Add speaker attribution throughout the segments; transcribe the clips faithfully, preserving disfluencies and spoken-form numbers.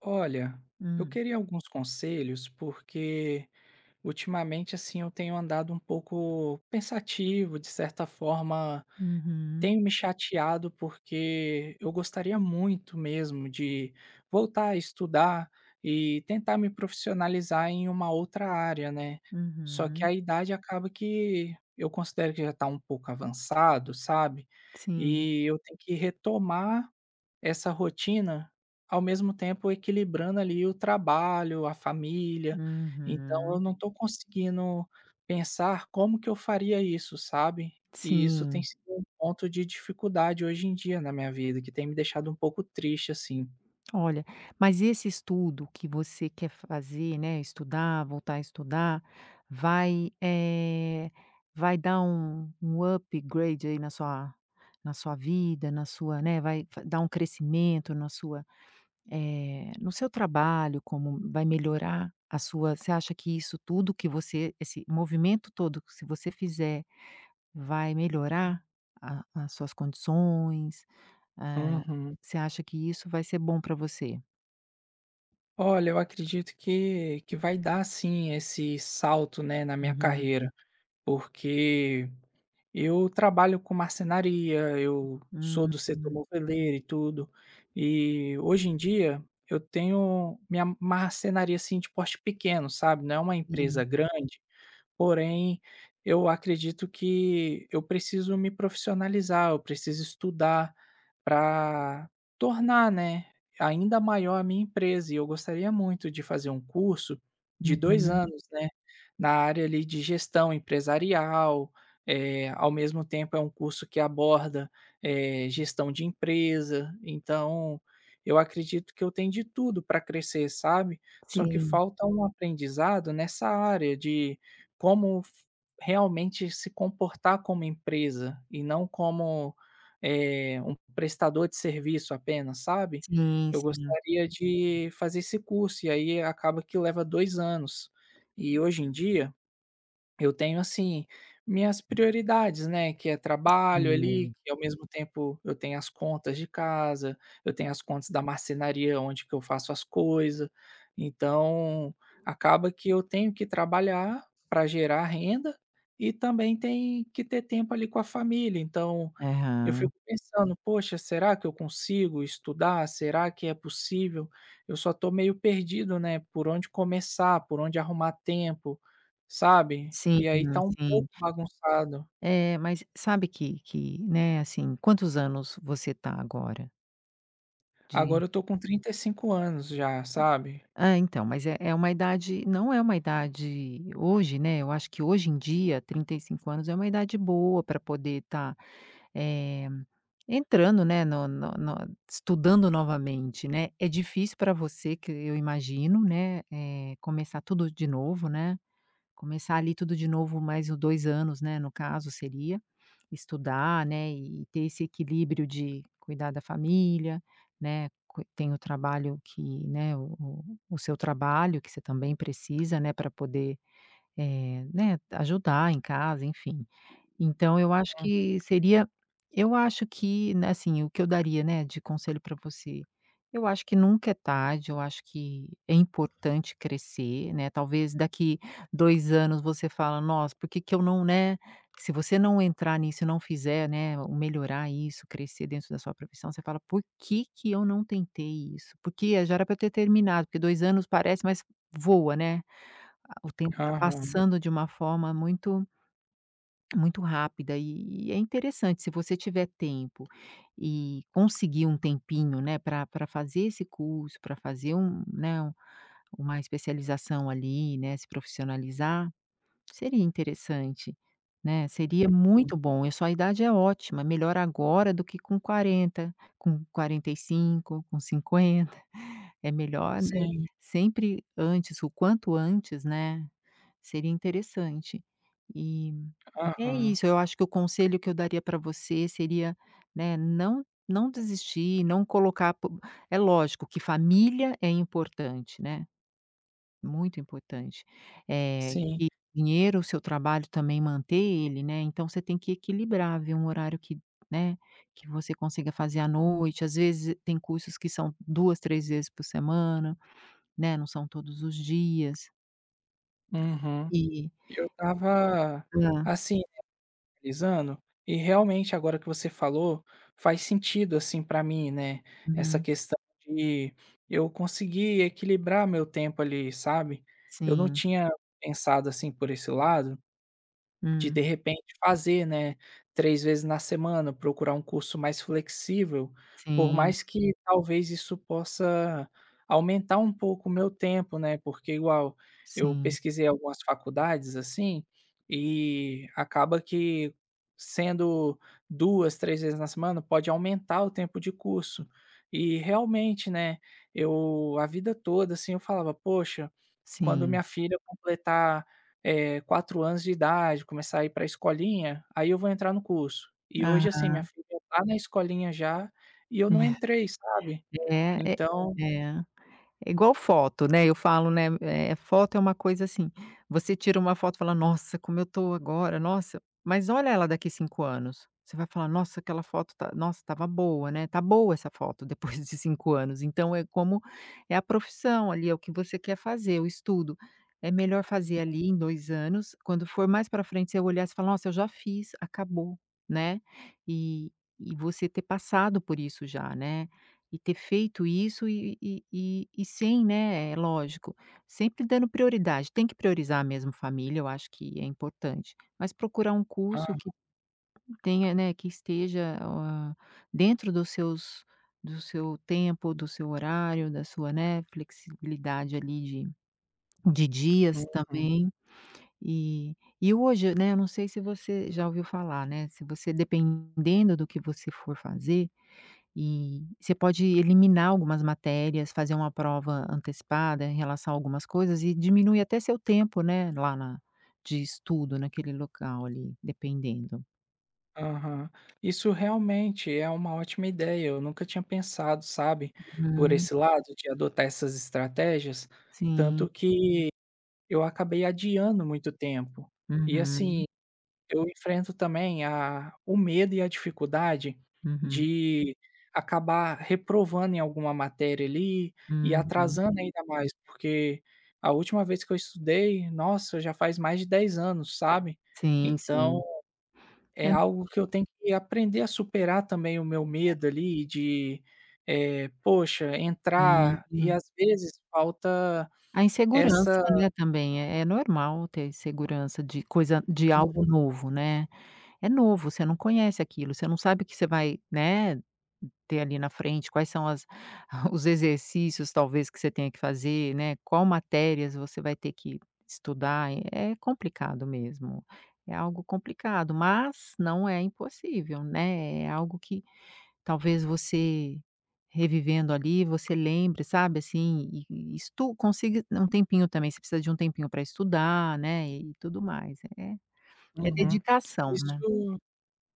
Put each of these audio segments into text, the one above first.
Speaker 1: Olha, eu
Speaker 2: Hum.
Speaker 1: queria alguns conselhos porque ultimamente assim eu tenho andado um pouco pensativo, de certa forma,
Speaker 2: Uhum,
Speaker 1: tenho me chateado porque eu gostaria muito mesmo de voltar a estudar e tentar me profissionalizar em uma outra área, né? Só que
Speaker 2: uhum.
Speaker 1: a idade acaba que eu considero que já está um pouco avançado, sabe?
Speaker 2: Sim.
Speaker 1: E eu tenho que retomar essa rotina, ao mesmo tempo equilibrando ali o trabalho, a família, então
Speaker 2: Uhum.
Speaker 1: eu não estou conseguindo pensar como que eu faria isso, sabe. E isso tem
Speaker 2: Sim.
Speaker 1: sido um ponto de dificuldade hoje em dia na minha vida, que tem me deixado um pouco triste, assim.
Speaker 2: Olha, mas esse estudo que você quer fazer, né, estudar, voltar a estudar, vai, eh, vai dar um um upgrade aí na sua na sua vida, na sua, né, vai fa dar um crescimento na sua, eh, no seu trabalho. Como vai melhorar a sua você acha que isso tudo que você esse movimento todo que se você fizer vai melhorar a as suas condições? Eh,
Speaker 1: Uhum.
Speaker 2: Você acha que isso vai ser bom para você?
Speaker 1: Olha, eu acredito que que vai dar sim esse salto, né, na minha
Speaker 2: Uhum.
Speaker 1: carreira, porque eu trabalho com marcenaria, eu sou
Speaker 2: Hum,
Speaker 1: do setor moveleiro e tudo. E hoje em dia eu tenho minha marcenaria, assim, de porte pequeno, sabe, não é uma
Speaker 2: sim.
Speaker 1: empresa grande. Porém, eu acredito que eu preciso me profissionalizar, eu preciso estudar para tornar, né, ainda maior a minha empresa. E eu gostaria muito de fazer um curso de dois
Speaker 2: Uhum.
Speaker 1: anos, né, na área ali de gestão empresarial, eh, ao mesmo tempo é um curso que aborda, eh, gestão de empresa. Então, eu acredito que eu tenho de tudo para crescer, sabe. Só que
Speaker 2: Sim,
Speaker 1: falta um aprendizado nessa área de como f realmente se comportar como empresa e não como, eh, um prestador de serviço apenas, sabe.
Speaker 2: sim,
Speaker 1: Eu
Speaker 2: sim.
Speaker 1: gostaria de fazer esse curso e aí acaba que leva dois anos. E hoje em dia eu tenho, assim, minhas prioridades, né, que é trabalho ali,
Speaker 2: Sim.
Speaker 1: que ao mesmo tempo eu tenho as contas de casa, eu tenho as contas da marcenaria onde que eu faço as coisas. Então acaba que eu tenho que trabalhar para gerar renda e também tem que ter tempo ali com a família, então eu
Speaker 2: Aham.
Speaker 1: fico pensando: "Poxa, será que eu consigo estudar? Será que é possível?". Eu só tô meio perdido, né, por onde começar, por onde arrumar tempo, sabe.
Speaker 2: Sim,
Speaker 1: E aí tá um
Speaker 2: sim.
Speaker 1: pouco bagunçado.
Speaker 2: É, mas sabe, que que, né, assim, quantos anos você tá agora? De
Speaker 1: Agora eu tô com trinta e cinco anos já, sabe.
Speaker 2: Ah, então, mas é é uma idade, não é uma idade hoje, né. Eu acho que hoje em dia trinta e cinco anos é uma idade boa para poder estar, eh, entrando, né, no no no estudando novamente, né. É difícil para você, que eu imagino, né, eh, começar tudo de novo, né? Começar ali tudo de novo, mais o dois anos, né, no caso, seria estudar, né, e ter esse equilíbrio de cuidar da família, né, cui tem o trabalho que, né, o o o seu trabalho que você também precisa, né, para poder, eh, né, ajudar em casa, enfim. Então eu acho
Speaker 1: Hum.
Speaker 2: que seria eu acho que, né, assim, o que eu daria, né, de conselho para você. Eu acho que nunca é tarde, eu acho que é importante crescer, né. Talvez daqui dois anos você fala: "Nossa, por que que eu não", né. Se você não entrar nisso e não fizer, né, o melhorar isso, crescer dentro da sua profissão, você fala: "Por que que eu não tentei isso? Porque já era para eu ter terminado", porque dois anos parece, mas voa, né. O tempo está
Speaker 1: Aham.
Speaker 2: passando de uma forma muito muito rápida, e e é interessante, se você tiver tempo e conseguir um tempinho, né, para pra fazer esse curso, para fazer um né, um uma especialização ali, né, se profissionalizar, seria interessante, né, seria
Speaker 1: Hum.
Speaker 2: muito bom. E a sua idade é ótima, melhor agora do que com quarenta, com quarenta e cinco, com cinquenta. É melhor, né,
Speaker 1: Sim.
Speaker 2: sempre antes, o quanto antes, né, seria interessante. E é
Speaker 1: Aham.
Speaker 2: isso, eu acho que o conselho que eu daria para você seria, né, não, não desistir, não colocar po é lógico que família é importante, né, muito importante. É
Speaker 1: Sim.
Speaker 2: que dinheiro, o seu trabalho também, manter ele, né, então você tem que equilibrar, ver um horário que, né, que você consiga fazer à noite. Às vezes tem cursos que são duas, três vezes por semana, né, não são todos os dias.
Speaker 1: Uhum.
Speaker 2: E
Speaker 1: Eu tava
Speaker 2: hã,
Speaker 1: assim analisando, e realmente agora que você falou, faz sentido assim para mim, né, essa
Speaker 2: uhum,
Speaker 1: questão de eu conseguir equilibrar meu tempo ali, sabe. Eu não
Speaker 2: sim,
Speaker 1: tinha pensado assim por esse lado, de
Speaker 2: hum,
Speaker 1: de repente fazer, né, três vezes na semana, procurar um curso mais flexível, por
Speaker 2: sim,
Speaker 1: mais que talvez isso possa aumentar um pouco o meu tempo, né, porque igual, eu
Speaker 2: sim.
Speaker 1: pesquisei algumas faculdades, assim, e acaba que sendo duas três vezes na semana, pode aumentar o tempo de curso. E realmente, né, eu a vida toda, assim, eu falava: "Poxa, quando
Speaker 2: Sim.
Speaker 1: minha filha completar eh, quatro anos de idade, começar a ir para a escolinha, aí eu vou entrar no curso". E hoje, assim,
Speaker 2: Aham.
Speaker 1: minha filha tá na escolinha já e eu não entrei, sabe.
Speaker 2: É, é
Speaker 1: Então
Speaker 2: é. É igual foto, né, eu falo, né. é foto, é uma coisa assim, você tira uma foto e fala: "Nossa, como eu tô agora, nossa", mas olha ela daqui cinco anos, você vai falar: "Nossa, aquela foto tá, nossa, tava boa, né, tá boa essa foto depois de cinco anos". Então é como é a profissão ali, é o que você quer fazer, o estudo. É melhor fazer ali em dois anos, quando for mais para frente você olhar, você fala: "Nossa, eu já fiz, acabou", né, e e você ter passado por isso já, né. E ter feito isso e e e e sem, né, é lógico, sempre dando prioridade, tem que priorizar mesmo família, eu acho que é importante, mas procurar um curso
Speaker 1: ah,
Speaker 2: que tenha, né, que esteja, hã, dentro dos seus, do seu tempo, do seu horário, da sua, né, flexibilidade ali de de dias
Speaker 1: uhum,
Speaker 2: também. E e hoje, né, eu não sei se você já ouviu falar, né, se você, dependendo do que você for fazer, e você pode eliminar algumas matérias, fazer uma prova antecipada em relação a algumas coisas e diminui até seu tempo, né, lá na de estudo naquele local ali, dependendo.
Speaker 1: aham. Isso realmente é uma ótima ideia, eu nunca tinha pensado, sabe, por
Speaker 2: Uhum.
Speaker 1: esse lado de adotar essas estratégias,
Speaker 2: Sim.
Speaker 1: tanto que eu acabei adiando muito tempo. E
Speaker 2: Uhum.
Speaker 1: assim eu enfrento também a o medo e a dificuldade
Speaker 2: Uhum.
Speaker 1: de acabar reprovando em alguma matéria ali e
Speaker 2: Uhum.
Speaker 1: atrasando ainda mais, porque a última vez que eu estudei, nossa, já faz mais de dez anos, sabe.
Speaker 2: Sim,
Speaker 1: Então
Speaker 2: sim.
Speaker 1: é
Speaker 2: É,
Speaker 1: algo que eu tenho que aprender a superar também o meu medo ali de, eh, poxa, entrar e
Speaker 2: sim.
Speaker 1: às vezes falta
Speaker 2: A insegurança,
Speaker 1: essa.
Speaker 2: né, também. É é normal ter insegurança de coisa, de
Speaker 1: Uhum,
Speaker 2: algo novo, né? É novo, você não conhece aquilo, você não sabe o que você vai, né, ter ali na frente, quais são as os exercícios talvez que você tenha que fazer, né, qual matérias você vai ter que estudar. É complicado mesmo, é algo complicado, mas não é impossível, né, é algo que talvez você revivendo ali, você lembre, sabe, assim, e e estu consiga um tempinho também. Você precisa de um tempinho para estudar, né, e tudo mais, é é
Speaker 1: uhum.
Speaker 2: dedicação.
Speaker 1: Isso.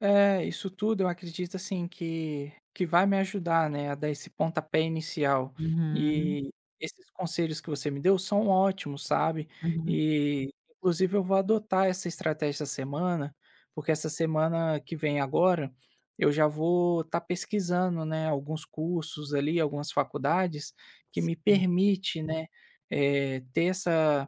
Speaker 1: É, isso tudo eu acredito, assim, que que vai me ajudar, né, a dar esse pontapé inicial.
Speaker 2: Uhum,
Speaker 1: E esses conselhos que você me deu são ótimos, sabe.
Speaker 2: uhum.
Speaker 1: E, inclusive, eu vou adotar essa estratégia essa semana, porque essa semana que vem agora, eu já vou estar pesquisando, né, alguns cursos ali, algumas faculdades que me
Speaker 2: Sim,
Speaker 1: permite, né, eh, ter essa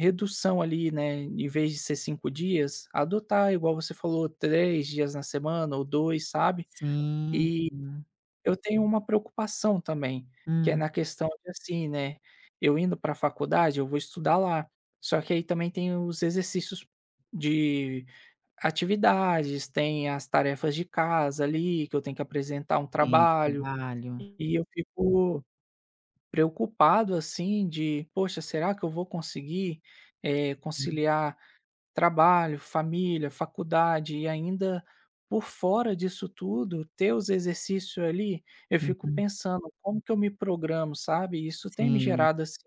Speaker 1: redução ali, né, em vez de ser cinco dias, adotar, igual você falou, três dias na semana ou dois, sabe.
Speaker 2: sim,
Speaker 1: E
Speaker 2: sim.
Speaker 1: eu tenho uma preocupação também, que é
Speaker 2: Hum.
Speaker 1: na questão de, assim, né, eu indo para a faculdade, eu vou estudar lá, só que aí também tem os exercícios de atividades, tem as tarefas de casa ali, que eu tenho que apresentar um
Speaker 2: Tem
Speaker 1: trabalho,
Speaker 2: trabalho.
Speaker 1: e eu fico preocupado, assim, de: "Poxa, será que eu vou conseguir, eh,
Speaker 2: Hum,
Speaker 1: conciliar trabalho, família, faculdade e ainda por fora disso tudo, ter os exercícios ali, eu fico
Speaker 2: uhum.
Speaker 1: pensando: "Como que eu me programo?", sabe". Isso tem me
Speaker 2: Sim.
Speaker 1: gerado, assim,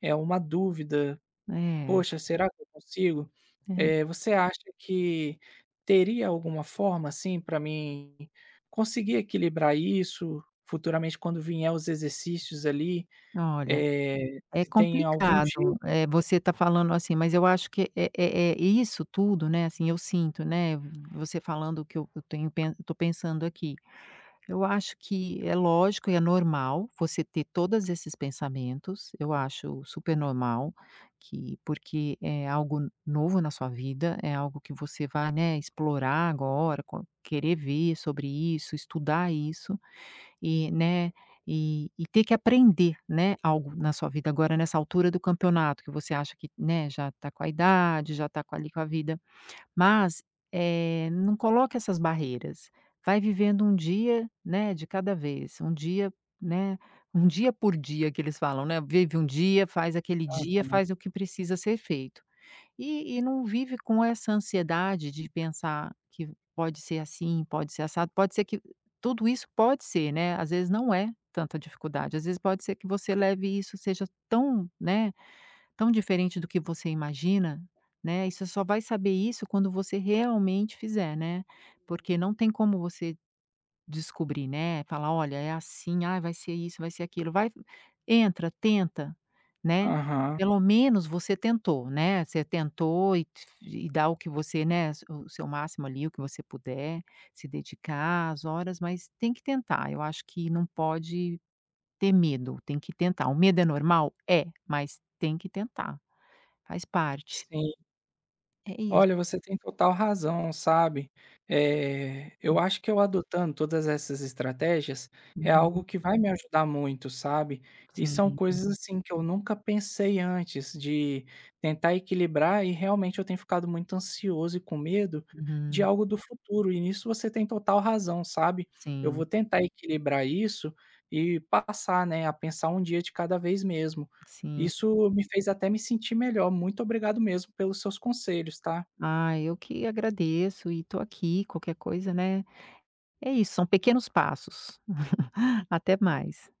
Speaker 1: é uma dúvida:
Speaker 2: É,
Speaker 1: "Poxa, será que eu consigo?".
Speaker 2: é,
Speaker 1: Eh, você acha que teria alguma forma, assim, para mim conseguir equilibrar isso futuramente quando vier os exercícios ali,
Speaker 2: olha,
Speaker 1: eh,
Speaker 2: é
Speaker 1: se tem algum
Speaker 2: complicado,
Speaker 1: jeito?
Speaker 2: é, você tá falando assim, mas eu acho que é é é isso tudo, né, assim. Eu sinto, né, você falando, o que eu eu tenho pen tô pensando aqui. Eu acho que é lógico e é normal você ter todos esses pensamentos. Eu acho super normal, que porque é algo novo na sua vida, é algo que você vai, né, explorar agora, co- querer ver sobre isso, estudar isso e, né, e, e ter que aprender, né, algo na sua vida agora, nessa altura do campeonato, que você acha que, né, já está com a idade, já está com ali com a vida, mas, eh, não coloque essas barreiras. Vai vivendo um dia, né, de cada vez, um dia, né, um dia por dia que eles falam, né, vive um dia, faz aquele dia,
Speaker 1: Aham,
Speaker 2: faz o que precisa ser feito. E e não vive com essa ansiedade de pensar que pode ser assim, pode ser assado, pode ser que tudo isso pode ser, né. Às vezes não é tanta dificuldade, às vezes pode ser que você leve isso, seja tão, né tão diferente do que você imagina, né. E você só vai saber isso quando você realmente fizer, né, porque não tem como você descobrir, né, falar: "Olha, é assim, ah, vai ser isso, vai ser aquilo". Vai, entra, tenta, né,
Speaker 1: aham,
Speaker 2: pelo menos você tentou, né, você tentou e e dá o que você, né, s- o seu máximo ali, o que você puder, se dedicar às horas, mas tem que tentar, eu acho que não pode ter medo, tem que tentar. O medo é normal? É, mas tem que tentar. Faz parte.
Speaker 1: sim.
Speaker 2: É isso.
Speaker 1: Olha, você tem total razão, sabe. Eh, eu acho que eu adotando todas essas estratégias, é
Speaker 2: Uhum.
Speaker 1: algo que vai me ajudar muito, sabe. E são
Speaker 2: Sim.
Speaker 1: coisas, assim, que eu nunca pensei antes de tentar equilibrar e realmente eu tenho ficado muito ansioso e com medo de
Speaker 2: Uhum.
Speaker 1: algo do futuro, e nisso você tem total razão, sabe. Eu
Speaker 2: Sim,
Speaker 1: vou tentar equilibrar isso e passar, né, a pensar um dia de cada vez mesmo.
Speaker 2: sim.
Speaker 1: Isso me fez até me sentir melhor. Muito obrigado mesmo pelos seus conselhos, tá.
Speaker 2: Ah, eu que agradeço, e tô aqui, qualquer coisa, né. É isso, são pequenos passos. Até mais.